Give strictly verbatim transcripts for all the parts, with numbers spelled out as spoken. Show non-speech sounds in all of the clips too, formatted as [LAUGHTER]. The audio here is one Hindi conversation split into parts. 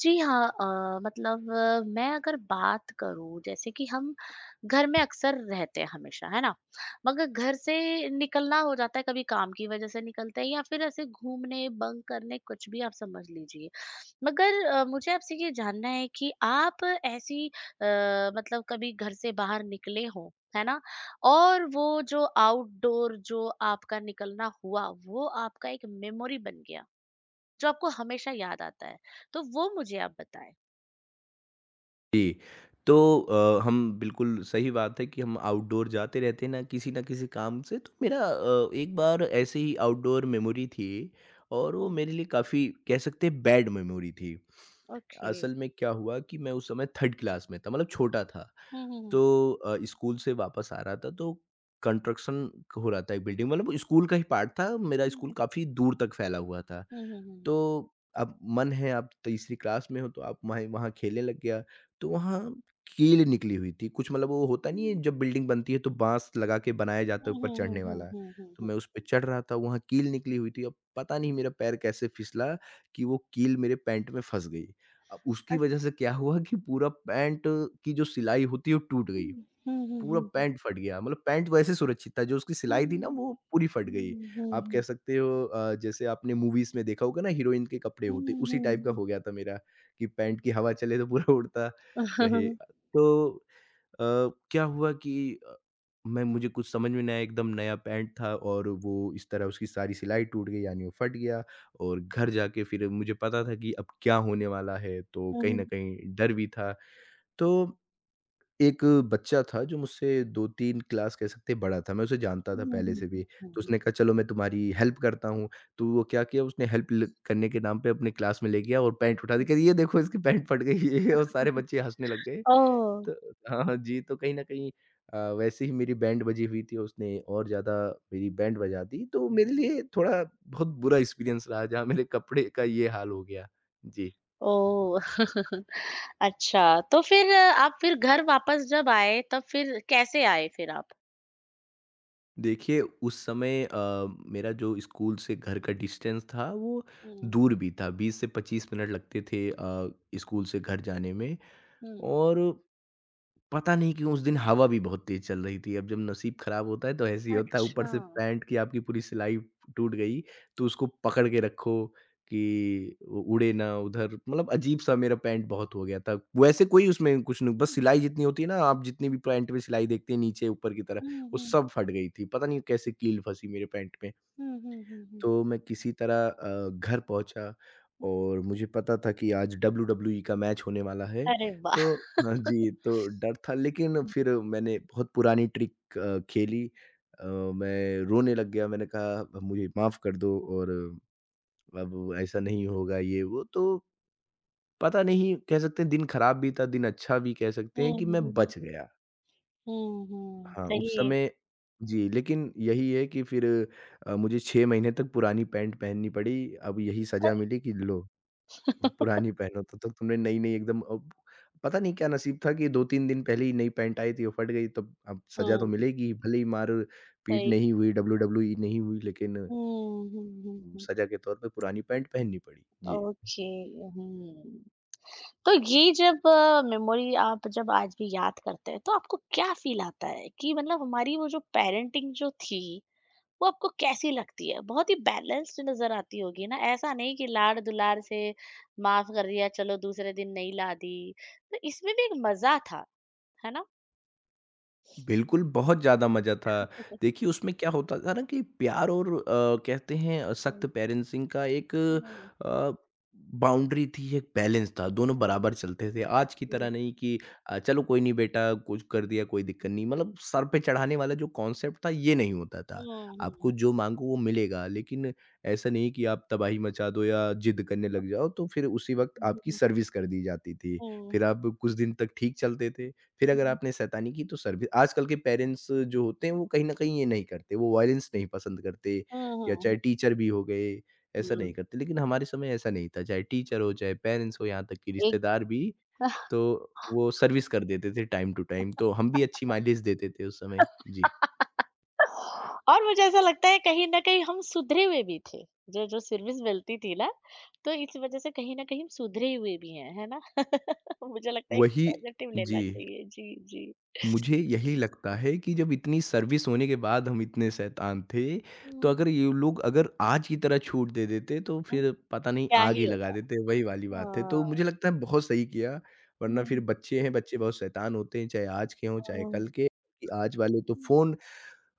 जी हाँ अ, मतलब अ, मैं अगर बात करूँ जैसे कि हम घर में अक्सर रहते हैं हमेशा है ना। मगर घर से निकलना हो जाता है कभी काम की वजह से निकलते हैं या फिर ऐसे घूमने बंक करने कुछ भी आप समझ लीजिए। मगर अ, मुझे आपसे ये जानना है कि आप ऐसी अ, मतलब कभी घर से बाहर निकले हो, है ना। और वो जो आउटडोर जो आपका निकलना हुआ वो आपका एक मेमोरी बन गया जो आपको हमेशा याद आता है, तो वो मुझे आप बताएं। जी, तो अ, हम बिल्कुल सही बात है कि हम आउटडोर जाते रहते हैं ना, किसी ना किसी काम से। तो मेरा अ, एक बार ऐसे ही आउटडोर मेमोरी थी और वो हम्म, मेरे लिए काफ़ी कह सकते हैं बैड मेमोरी थी। ओके। असल में क्या हुआ कि मैं उस समय थर्ड क्लास में था, मतलब छोटा था। हम्म हम्म तो अ, स्कूल से वापस आ रहा था, तो कंस्ट्रक्शन हो रहा था एक बिल्डिंग, मतलब वो स्कूल का ही पार्ट था, मेरा स्कूल हम्म, काफ़ी दूर तक फैला हुआ था। हम्म हम्म हम्म, तो अब मन है आप तीसरी क्लास में हो तो आप वहाँ वहाँ खेलने लग गया, तो वहाँ कील निकली हुई थी। कुछ मतलब वो होता नहीं है, हम्म जब बिल्डिंग बनती है तो बाँस लगा के बनाया जाता है हम्म ऊपर हम्म चढ़ने हम्म वाला। हम्म तो मैं हम्म। उसपे चढ़ रहा था, वहाँ कील निकली हुई थी। अब पता नहीं मेरा पैर कैसे फिसला कि वो कील मेरे पैंट में फँस गई। अब उसकी वजह अच्छा, से क्या हुआ कि पूरा पैंट की जो सिलाई होती है वो टूट गई। हम्म हम्म पूरा हम्म पैंट फट गया, मतलब पैंट वैसे सुरक्षित था, जो उसकी हम्म सिलाई थी ना हम्म, वो पूरी फट गई। हम्म, हम्म, आप कह हम्म, सकते हो अ, जैसे आपने मूवीज़ में देखा होगा ना हीरोइन के कपड़े होते, हम्म, उसी टाइप का हम्म, हो गया था मेरा कि पैंट की हवा चले तो पूरा [LAUGHS] उड़ता रहे। तो अ, क्या हुआ कि अ, मैं मुझे कुछ समझ में नहीं आया, एकदम नया पैंट था और वो इस तरह उसकी सारी सिलाई टूट गई, यानी वो फट गया। और घर जाके फिर मुझे पता था कि अब क्या होने वाला है, तो कहीं न कहीं डर भी था। तो एक बच्चा था जो मुझसे दो तीन क्लास कह सकते हैं बड़ा था, मैं उसे जानता था हम्म, पहले से हम्म, भी। तो हम्म, उसने कहा, चलो मैं तुम्हारी हेल्प करता हूँ। तो वो क्या किया, उसने हेल्प ल करने के नाम पे अपने क्लास में ले गया और पैंट उठा दी, कह रही ये देखो इसकी पैंट फट गई है, और सारे बच्चे हँसने लग गए। ओ तो हाँ, हाँ जी, तो कहीं न कहीं अ, वैसे ही मेरी बैंड बजी हुई थी, उसने और ज़्यादा मेरी बैंड बजा दी, तो मेरे लिए थोड़ा बहुत बुरा एक्सपीरियंस रहा जहाँ मेरे कपड़े का ये हाल हो गया। जी। ओ [LAUGHS] अच्छा तो फिर अ, आप फिर घर वापस जब आए तब फिर कैसे आए फिर आप। देखिए उस समय अ, मेरा जो स्कूल से घर का डिस्टेंस था, वो हम्म दूर भी था, बीस से पच्चीस मिनट लगते थे अ, स्कूल से घर जाने में। हम्म। और पता नहीं क्यों उस दिन हवा भी बहुत तेज़ चल रही थी। अब जब नसीब ख़राब होता है तो ऐसे ही होता है, ऊपर अच्छा। से पैंट की आपकी पूरी सिलाई टूट गई, तो उसको पकड़ के रखो कि उ उड़े ना उधर। मतलब अजीब-सा मेरा पैंट बहुत हो गया था। वैसे कोई उसमें कुछ नहीं, बस सिलाई जितनी होती है ना, आप जितनी भी पैंट में सिलाई देखते हैं नीचे ऊपर की तरफ, हम्म वो हम्म सब फट गई थी। पता नहीं कैसे कील फँसी मेरे पैंट में। हम्म हम्म हम्म। तो मैं किसी तरह अ, घर पहुँचा, और मुझे पता था कि आज डब्ल्यू डब्ल्यू ई का मैच होने वाला है। अरे तो वाह! हाँ जी, तो डर था, लेकिन फिर मैंने बहुत पुरानी ट्रिक अ, खेली। अ, मैं रोने लग गया। मैंने कहा, "अब मुझे माफ़ कर दो, और अब ऐसा नहीं होगा, ये वो।" तो पता नहीं, कह सकते हैं दिन खराब भी था, दिन अच्छा भी कह सकते हैं हुँ, कि मैं हुँ। बच गया। हुँ, हुँ, हाँ, सही उस है। समय जी, लेकिन यही है कि फिर अ, मुझे छह महीने तक पुरानी पैंट पहननी पड़ी। अब यही सज़ा मिली कि लो, [LAUGHS] पुरानी पहनो, तब तक तुमने नई-नई एकदम अब पता नहीं क्या नसीब था कि दो तीन दिन पहले ही नई पैंट आई थी, वो फट गई, तब अब सज़ा तो हुँ, मिलेगी ही, भले ही मार-पीट सही। नहीं हुई, डब्ल्यू डब्ल्यू ई नहीं हुई, लेकिन हुँ, हुँ, हुँ, हुँ। सज़ा के तौर पे पुरानी पैंट पहननी पड़ी। जी। ओके, हुँ। तो ये जब मेमोरी आप जब आज भी याद करते हैं, तो आपको क्या फ़ील आता है कि मतलब हमारी वो जो पेरेंटिंग जो थी, वो आपको कैसी लगती है? बहुत ही बैलेंस्ड नज़र आती होगी ना, ऐसा नहीं कि लाड़-दुलार से माफ़ कर दिया, चलो दूसरे दिन नहीं ला दी, तो इसमें भी एक मज़ा था, है ना? बिल्कुल, बहुत ज़्यादा मज़ा था। [LAUGHS] देखिए, उसमें क्या होता था ना कि प्यार और अ, कहते हैं अ, सख्त हुँ, पेरेंटिंग का एक हुँ, अ, बाउंड्री थी, एक बैलेंस था, दोनों बराबर चलते थे। आज की हुँ। तरह नहीं कि अ, चलो कोई नहीं बेटा, कुछ कर दिया कोई दिक्कत नहीं, मतलब सर पे चढ़ाने वाला जो कॉन्सेप्ट था, ये नहीं होता हुँ, था। आपको हुँ। जो माँगो वो मिलेगा, लेकिन ऐसा नहीं कि आप तबाही मचा दो या ज़िद करने लग जाओ, तो फिर उसी वक़्त हुँ, हुँ, आपकी हुँ। सर्विस कर दी जाती थी। हुँ। फिर आप कुछ दिन तक ठीक चलते थे। फिर अगर आपने शैतानी की तो सर्वि आजकल के पेरेंट्स जो होते हैं, वो कहीं न कहीं ये नहीं करते, वो वायलेंस नहीं पसंद करते, हाँ, या हाँ, चाहे हाँ। टीचर भी हो गए, ऐसा नहीं हुँ, करते। लेकिन हमारे समय ऐसा नहीं था, चाहे टीचर हो, चाहे पेरेंट्स हो, यहाँ तक कि एक रिश्तेदार भी, तो वो सर्विस कर देते थे टाइम टू टाइम, तो हम भी अच्छी माइलेज देते थे उस समय। जी, [LAUGHS] और मुझे ऐसा लगता है कहीं न कहीं हम सुधरे हुए भी थे। जो जो सर्विस मिलती थी ना, तो इस वज़ह से कहीं न कहीं हम सुधरे हुए भी हैं, है ना? [LAUGHS] मुझे लगता है कि वही पॉज़िटिव लेना जी। चाहिए। जी, जी। मुझे यही लगता है कि जब इतनी सर्विस होने के बाद हम इतने शैतान थे, तो हुँ, अगर ये लोग अगर आज की तरह छूट दे देते तो हुँ, फिर पता नहीं क्या आग ही ही लगा होता। देते, वही वाली बात है। तो हाँ, मुझे लगता है बहुत सही किया, वरना फिर हुँ, बच्चे हैं, बच्चे बहुत शैतान होते हैं, चाहे आज के हों, चाहे हुँ, कल के। कि आज वाले तो हुँ। फ़ोन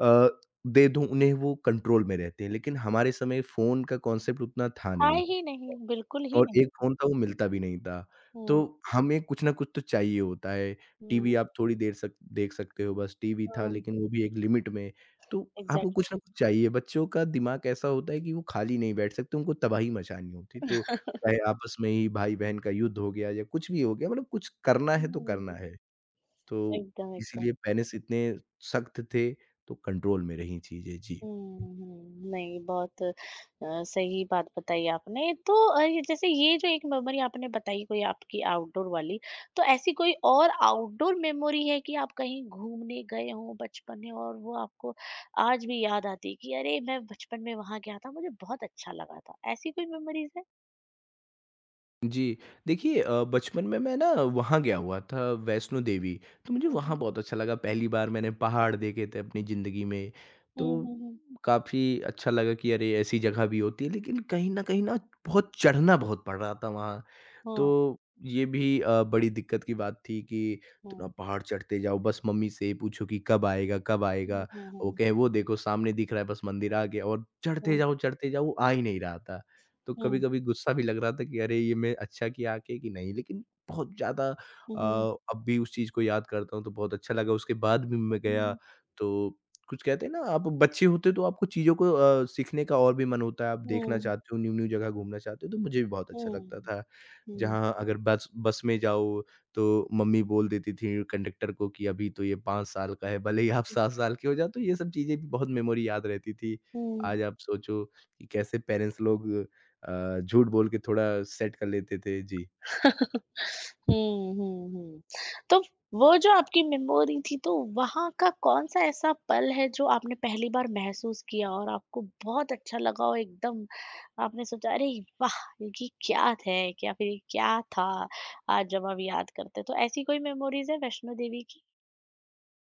अ, दे दूँ उन्हें वो कंट्रोल में रहते हैं, लेकिन हमारे समय फ़ोन का कॉन्सेप्ट उतना था था नहीं। ही नहीं, बिल्कुल ही और एक नहीं। फ़ोन था वो मिलता भी नहीं था। तो हुँ, हमें कुछ ना कुछ तो चाहिए होता है। हुँ, टीवी आप थोड़ी देर सक देख सकते हो बस, टीवी था हुँ। लेकिन वो भी एक लिमिट में। तो आपको एग्ज़ैक्टली। कुछ ना कुछ चाहिए, बच्चों का दिमाग ऐसा होता है कि वो खाली नहीं बैठ सकते, उनको तबाही मचानी होती। तो चाहे आपस में ही भाई-बहन का युद्ध हो गया या कुछ भी हो गया, मतलब कुछ करना है तो हुँ, करना है। तो एकदम, एकदम। इसीलिए पेरेंट्स इतने सख्त थे, तो कंट्रोल में रहीं चीज़ें। जी। हुँ, हुँ। नहीं, बहुत अ, सही बात बताई आपने। तो अ, ये जैसे ये जो एक मेमोरी आपने बताई कोई आपकी आउटडोर वाली, तो ऐसी कोई और आउटडोर मेमोरी है कि आप कहीं घूमने गए हों बचपन में और वो आपको आज भी याद आती है कि अरे! मैं बचपन में वहाँ गया था, मुझे बहुत अच्छा लगा था। ऐसी कोई मेमोरीज़ है? जी, देखिए अ, बचपन में मैं ना वहाँ गया हुआ था वैष्णो देवी, तो मुझे हुँ, वहाँ हुँ। बहुत अच्छा लगा, पहली बार मैंने पहाड़ देखे थे अपनी ज़िंदगी में, हुँ, तो हुँ, हुँ। काफ़ी अच्छा लगा कि अरे! ऐसी जगह भी होती है। लेकिन कहीं न कहीं ना बहुत चढ़ना बहुत पड़ रहा था वहाँ, हाँ, तो ये भी अ, बड़ी दिक्कत की बात थी कि इतना हाँ। पहाड़ चढ़ते जाओ, बस मम्मी से पूछो कि कब आएगा, कब आएगा? हुँ, हुँ, वो हुँ। कहें, "वो देखो सामने दिख रहा है, बस मंदिर आ गया" और चढ़ते हुँ, जाओ, चढ़ते जाओ, वो आ ही नहीं रहा था। तो हुँ। कभी-कभी गुस्सा भी लग रहा था कि अरे! ये मैं अच्छा किया आके कि नहीं। लेकिन बहुत ज़्यादा अ, हुँ, हुँ, हुँ। अब भी उस चीज़ को याद करता हूँ तो बहुत अच्छा लगा। उसके बाद भी मैं गया, तो कुछ कहते हैं ना आप बच्चे होते हो तो आपको चीज़ों को अ, सीखने का और भी मन होता है। आप देखना हुँ, हुँ, चाहते हो, न्यू-न्यू जगह घूमना चाहते हो, तो मुझे भी बहुत अच्छा लगता हुँ। था। हुँ, जहाँ अगर बस बस में जाओ तो मम्मी बोल देती थी कंडक्टर को कि अभी तो ये पाँच साल का है, भले ही आप हुँ, सात साल के हो जाओ, तो ये सब चीज़ें भी बहुत मेमोरी याद रहती थी। हुँ। आज आप सोचो कि कैसे पेरेंट्स लोग अ, झूठ बोल के थोड़ा सेट कर लेते थे। जी। [LAUGHS] हुँ, हुँ, हुँ। तो वो जो आपकी मेमोरी थी तो वहाँ का कौन-सा ऐसा पल है जो आपने पहली बार महसूस किया और आपको बहुत अच्छा लगा और एकदम आपने सोचा अरे वाह! ये क्या है या फिर ये क्या था? आज जब हम याद करते हैं तो ऐसी कोई मेमोरीज़ है वैष्णो देवी की?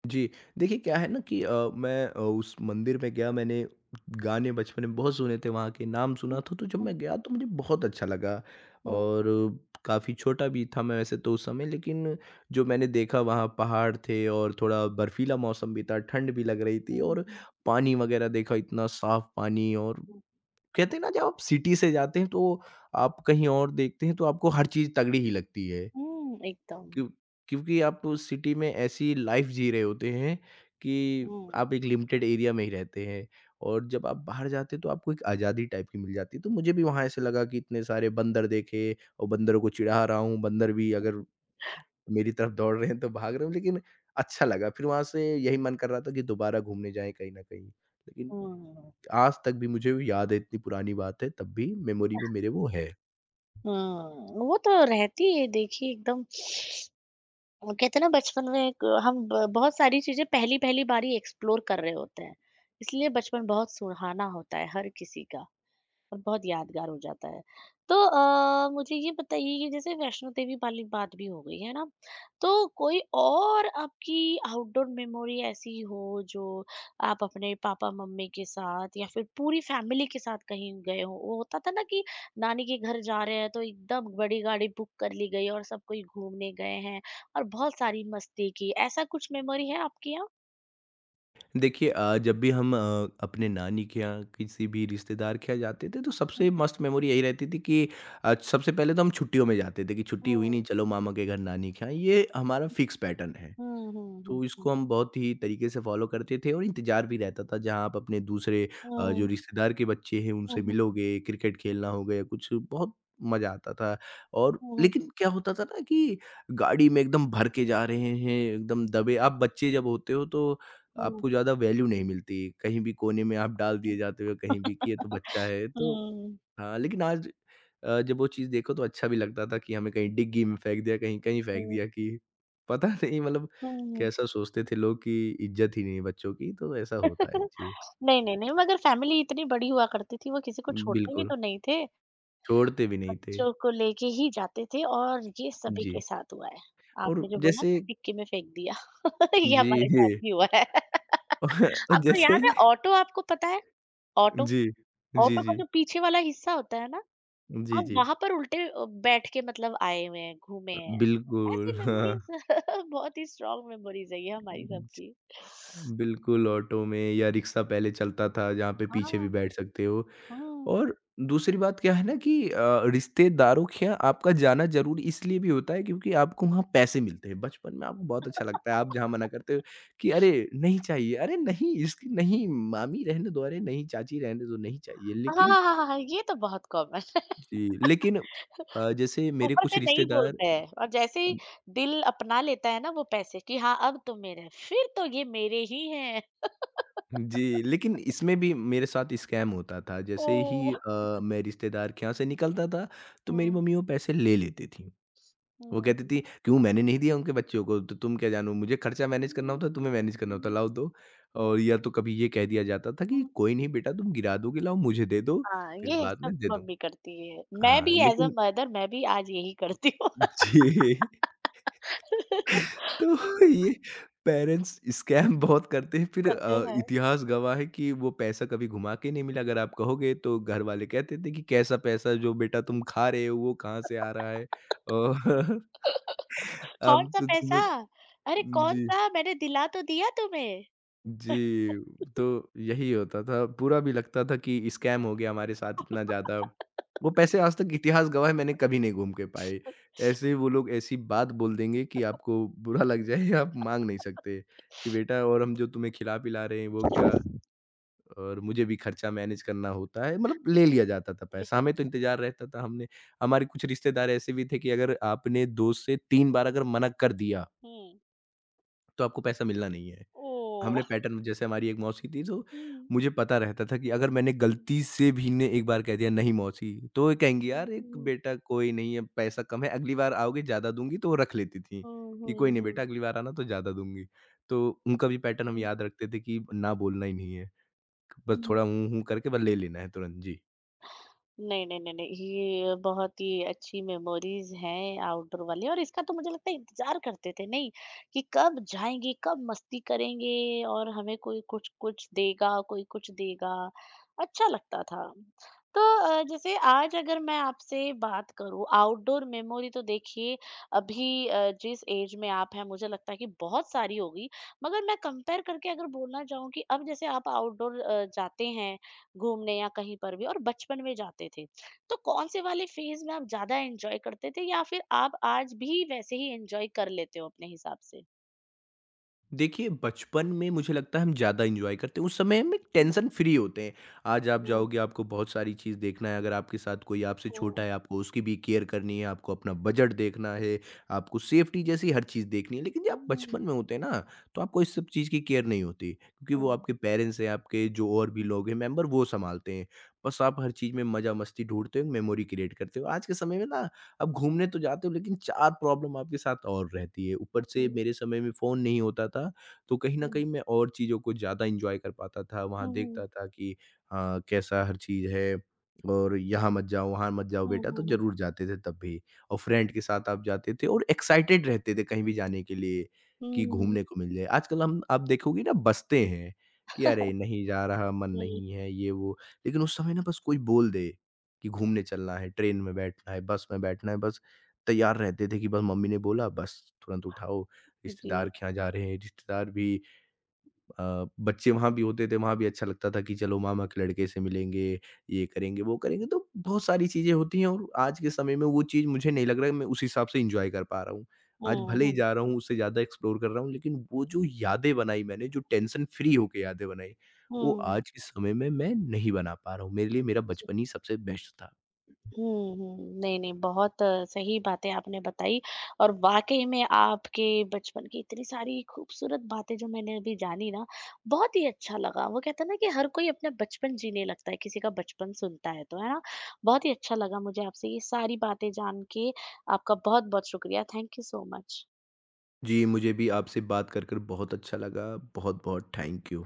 जी। देखिए क्या है ना कि अ, मैं अ, उस मंदिर में गया, मैंने गाने बचपन में बहुत सुने थे वहाँ के, नाम सुना हुँ, था, तो जब हुँ, मैं गया तो मुझे बहुत अच्छा लगा। हुँ, और काफ़ी छोटा भी था मैं वैसे तो उस समय, लेकिन जो मैंने देखा वहाँ पहाड़ थे और थोड़ा बर्फीला मौसम भी था, ठंड भी लग रही थी, हुँ, और हुँ, पानी वग़ैरह देखा, इतना साफ़ पानी। और हुँ। कहते हैं ना जब आप सिटी से जाते हैं, तो आप कहीं और देखते हैं तो आपको हर चीज़ तगड़ी ही लगती है। हुँ, एकदम। क्यों? क्योंकि आप उस सिटी में ऐसी लाइफ जी रहे होते हैं कि हुँ, आप एक लिमिटेड एरिया में ही रहते हैं, और जब आप बाहर जाते हैं तो आपको एक आज़ादी टाइप की मिल जाती है। तो मुझे भी वहाँ ऐसे लगा कि इतने सारे बंदर देखे, और बंदरों को चिढ़ा रहा हूँ, बंदर भी अगर मेरी तरफ दौड़ रहे हैं तो भाग रहे हूँ, लेकिन अच्छा लगा। फिर वहाँ से यही मन कर रहा था कि दोबारा घूमने जाएं कहीं ना कहीं, लेकिन हुँ, आज तक भी मुझे वो याद है, इतनी पुरानी बात है, तब भी मेमोरी में मेरे वो है। हुँ। वो तो रहती है देखिए एकदम। वो कहते हैं ना बचपन में एक हम ब बहुत सारी चीज़ें पहली-पहली बारी एक्सप्लोर कर रहे होते हैं, इसलिए बचपन बहुत सुहाना होता है हर किसी का। और बहुत यादगार हो जाता है। तो अ, मुझे ये बताइए कि जैसे वैष्णो देवी वाली बात भी हो गई है ना, तो कोई और आपकी आउटडोर मेमोरी ऐसी हो जो आप अपने पापा-मम्मी के साथ या फिर पूरी फैमिली के साथ कहीं गए हों? वो होता था ना कि नानी के घर जा रहे हैं तो एकदम बड़ी गाड़ी बुक कर ली गई और सब कोई घूमने गए हैं और बहुत सारी मस्ती की। ऐसा कुछ मेमोरी है आपके यहाँ? देखिए अ, जब भी हम अ, अपने नानी के यहाँ किसी भी रिश्तेदार के यहाँ जाते थे, तो हुँ, सबसे मस्त मेमोरी यही रहती थी कि अ, सबसे पहले तो हम छुट्टियों में जाते थे, कि छुट्टी हुई नहीं चलो मामा के घर, नानी के यहाँ, ये हमारा फिक्स पैटर्न है। हुँ, हुँ, हुँ, तो हुँ, इसको हम बहुत ही तरीके से फ़ॉलो करते थे, और इंतज़ार भी रहता था जहाँ आप अपने दूसरे अ, जो हुँ, रिश्तेदार के बच्चे हैं उनसे हुँ, हुँ, मिलोगे, क्रिकेट खेलना हो गया, कुछ बहुत मज़ा आता था। और हुँ, लेकिन क्या होता था ना कि गाड़ी में एकदम भर के जा रहे हैं, एकदम दबे आप बच्चे जब होते हो तो हुँ, हुँ। आपको ज़्यादा वैल्यू नहीं मिलती, कहीं भी कोने में आप डाल दिए जाते हो, कहीं भी कि ये तो बच्चा है तो हुँ, हाँ, लेकिन आज अ, जब वो चीज़ देखो तो अच्छा भी लगता था कि हमें कहीं डिग्गी में फेंक दिया, कहीं कहीं फेंक हुँ, दिया कि पता [LAUGHS] नहीं मतलब हुँ। कैसा सोचते थे लोग कि इज़्ज़त ही नहीं है बच्चों की, तो ऐसा होता है। [LAUGHS] जी, नहीं, नहीं, नहीं मगर फैमिली इतनी बड़ी हुआ करती थी, वो किसी को छोड़ते भी बिल्कुल, तो नहीं थे, छोड़ते भी नहीं थे। बच्चों को लेके ही जाते थे और ये सभी के जी, साथ हुआ है। और आपने जो बोला जैसे ना डिक्की में फेंक दिया, [LAUGHS] ये हमारे साथ जी, भी हुआ है। [LAUGHS] [LAUGHS] और आपको जैसे याद है ऑटो आपको पता है? ऑटो, जी, जी, ऑटो का जी, जो पीछे वाला हिस्सा होता है ना, जी, हम जी। वहाँ पर उल्टे अ, बैठ के मतलब आए हुए हैं, घूमे हैं। ऐसी बिल्कुल, हाँ, मेमोरीज़ [LAUGHS] बहुत ही स्ट्रॉन्ग मेमोरीज़ है ये हमारी ज सबकी। बिल्कुल ऑटो में या रिक्शा पहले चलता था, जहाँ पे पीछे भी हाँ, बैठ सकते हो। हुँ। और दूसरी बात क्या है ना कि अ, रिश्तेदारों के यहाँ आपका जाना ज़रूरी इसलिए भी होता है क्योंकि आपको वहाँ पैसे मिलते हैं। बचपन में आपको बहुत अच्छा लगता है, आप जहाँ मना करते हो कि अरे! नहीं चाहिए, अरे नहीं इसकी नहीं मामी रहने दो, अरे नहीं चाची रहने दो, नहीं चाहिए। हाँ, लेकिन हाँ, हाँ, हाँ, ये तो बहुत कॉमन [LAUGHS] है। जी। लेकिन अ, जैसे मेरे ऊपर कुछ से नहीं रिश्तेदार बोलते हैं और जैसे ही दिल अपना लेता है ना वो पैसे कि हाँ, अब तुम मेरे हैं, फिर तो ये मेरे ही हैं। जी, लेकिन इसमें भी मेरे साथ स्कैम होता था। जैसे ही ओह! अ, मैं रिश्तेदार के यहाँ से निकलता था, तो मेरी हुँ, मम्मी वो पैसे ले लेती थी। वो कहती हुँ। थी, "क्यों मैंने नहीं दिया उनके बच्चों को, तो तुम क्या जानो? मुझे खर्चा मैनेज करना होता है, हुँ, तुम्हें मैनेज करना होता है, हुँ, लाओ दो।" हुँ, और या तो कभी ये कह दिया जाता था कि, हुँ। "कोई नहीं बेटा तुम गिरा दोगे, लाओ मुझे दे दो, हाँ, फिर ये बाद सब में दे दूँ।" मम्मी करती है। मैं हाँ, भी एज़ अ लेकिन मदर मैं भी आज यही करती हूँ। जी, [LAUGHS] तो ये [LAUGHS] पेरेंट्स स्कैम बहुत करते हैं, फिर करते अ, हैं। इतिहास गवाह है कि वो पैसा कभी घुमा के नहीं मिला, अगर आप कहोगे तो घर वाले कहते थे कि, "कैसा पैसा जो बेटा तुम खा रहे हो, वो कहाँ से आ रहा है?" और [LAUGHS] [LAUGHS] हम कौन-सा तो पैसा? तुम्हें अरे जी। कौन-सा? मैंने दिला तो दिया तुम्हें। जी, तो यही होता था। बुरा भी लगता था कि स्कैम हो गया हमारे साथ इतना ज़्यादा। वो पैसे आज तक इतिहास गवाह है मैंने कभी नहीं घूम के पाए। ऐसे ही वो लोग ऐसी बात बोल देंगे कि आपको बुरा लग जाए [LAUGHS] आप माँग नहीं सकते कि बेटा और हम जो तुम्हें खिला-पिला रहे हैं वो আসলে। क्या और मुझे भी खर्चा मैनेज करना होता है। मतलब ले लिया जाता था पैसा। हमें तो इंतज़ार रहता था हमने हमारे कुछ रिश्तेदार ऐसे भी थे कि अगर आपने दो से तीन बार अगर मना कर दिया, হুম। तो आपको पैसा मिलना नहीं है। हमने ও! पैटर्न जैसे हमारी एक मौसी थी तो হুম, मुझे पता रहता था कि अगर मैंने गलती से भी ने एक बार कह दिया नहीं मौसी तो वो कहेंगी হুম, यार एक হুম, बेटा कोई नहीं है पैसा कम है अगली बार आओगे ज़्यादा दूँगी तो वो रख लेती थी হুম, कि হুম, कोई नहीं হুম, बेटा अगली बार आना तो ज़्यादा दूँगी। तो उनका भी पैटर्न हम याद रखते थे कि ना बोलना ही नहीं है। बस হুম, थोड़ा ऊँ-हूँ करके बस ले लेना है तुरंत। जी। नहीं, नहीं, नहीं, नहीं। ये बहुत ही अच्छी मेमोरीज़ हैं आउटडोर वाली और इसका तो मुझे लगता है इंतज़ार करते थे नहीं कि कब जाएँगे, कब मस्ती करेंगे और हमें कोई कुछ-कुछ देगा, कोई कुछ देगा। अच्छा लगता था। तो अ, जैसे आज अगर मैं आपसे बात करूँ आउटडोर मेमोरी तो देखिए अभी अ, जिस ऐज में आप हैं मुझे लगता है कि बहुत सारी होगी। मगर मैं कंपेयर करके अगर बोलना चाहूँ कि अब जैसे आप आउटडोर अ, जाते हैं घूमने या कहीं पर भी और बचपन में जाते थे। तो कौन से वाले फेज़ में आप ज़्यादा एन्जॉय करते थे या फिर आप आज भी वैसे ही एन्जॉय कर लेते हो अपने हिसाब से? देखिए, बचपन में मुझे लगता है हम ज़्यादा एन्जॉय करते हैं, उस समय हम एक हुँ, टेंशन फ्री होते हैं। आज आप हुँ, जाओगे आपको बहुत सारी चीज़ देखना है, अगर आपके साथ कोई आपसे छोटा हुँ, है, आपको उसकी भी केयर करनी है, आपको अपना बजट देखना है, आपको सेफ्टी जैसी हर चीज़ देखनी है। लेकिन जब हुँ, आप हुँ, बचपन में होते हैं ना, तो आपको इस सब चीज़ की केयर नहीं होती क्योंकि वो हुँ, आपके पेरेंट्स हैं, आपके जो और भी लोग हैं मेंबर वो सँभालते हैं। बस आप हर चीज़ में मज़ा मस्ती ढूँढते हो, मेमोरी क्रिएट करते हो। आज के समय में ना अब घूमने तो जाते हो लेकिन चार प्रॉब्लम आपके साथ और रहती है। ऊपर हुँ, हुँ, से हुँ, मेरे समय में फ़ोन नहीं होता था, तो कहीं न कहीं मैं और चीज़ों को ज़्यादा एन्जॉय कर पाता था। वहाँ हुँ, देखता था कि हाँ, कैसा हर चीज़ है और यहाँ मत जाओ, वहाँ मत जाओ हुँ, बेटा, तो हुँ, ज़रूर जाते थे तब भी। और फ्रेंड के साथ आप जाते थे और एक्साइटेड रहते थे कहीं भी जाने के लिए कि हुँ, घूमने को मिल जाए। आजकल हम आप देखोगे ना बसते हैं कि अरे! नहीं जा रहा, मन हुँ, नहीं है, ये वो। लेकिन उस समय ना बस कोई बोल दे कि घूमने चलना है, ट्रेन में बैठना है, बस में बैठना है, बस तैयार रहते थे कि बस मम्मी ने बोला बस तुरंत उठाओ, रिश्तेदार जी, के यहाँ जा रहे हैं। रिश्तेदार भी अ, बच्चे वहाँ भी होते थे, वहाँ भी अच्छा लगता था कि चलो मामा के लड़के से मिलेंगे, ये करेंगे, वो करेंगे, तो बहुत सारी चीज़ें होती हैं और आज के समय में वो चीज़ मुझे नहीं लग रहा है मैं उस हिसाब से एन्जॉय कर पा रहा हूँ। आज हुँ, भले ही हुँ, जा रहा हूँ, उससे ज़्यादा एक्सप्लोर कर रहा हूँ, लेकिन वो जो यादें बनाई मैंने, जो टेंशन फ्री होके यादें बनाई, वो हुँ। आज के समय में मैं नहीं बना पा रहा हूँ। मेरे लिए मेरा बचपन ही सबसे बेस्ट था। हुँ, हुँ। नहीं, नहीं बहुत अ, सही बातें आपने बताई और वाक़ई में आपके बचपन की इतनी सारी खूबसूरत बातें जो मैंने अभी जानी ना, बहुत ही अच्छा लगा। वो कहते हैं ना कि हर कोई अपना बचपन जीने लगता है, किसी का बचपन सुनता है तो, है ना? बहुत ही अच्छा लगा मुझे आपसे ये सारी बातें जान के। आपका बहुत-बहुत शुक्रिया। Thank you so much. जी, मुझे भी आपसे बात कर कर बहुत अच्छा लगा। बहुत-बहुत थैंक यू।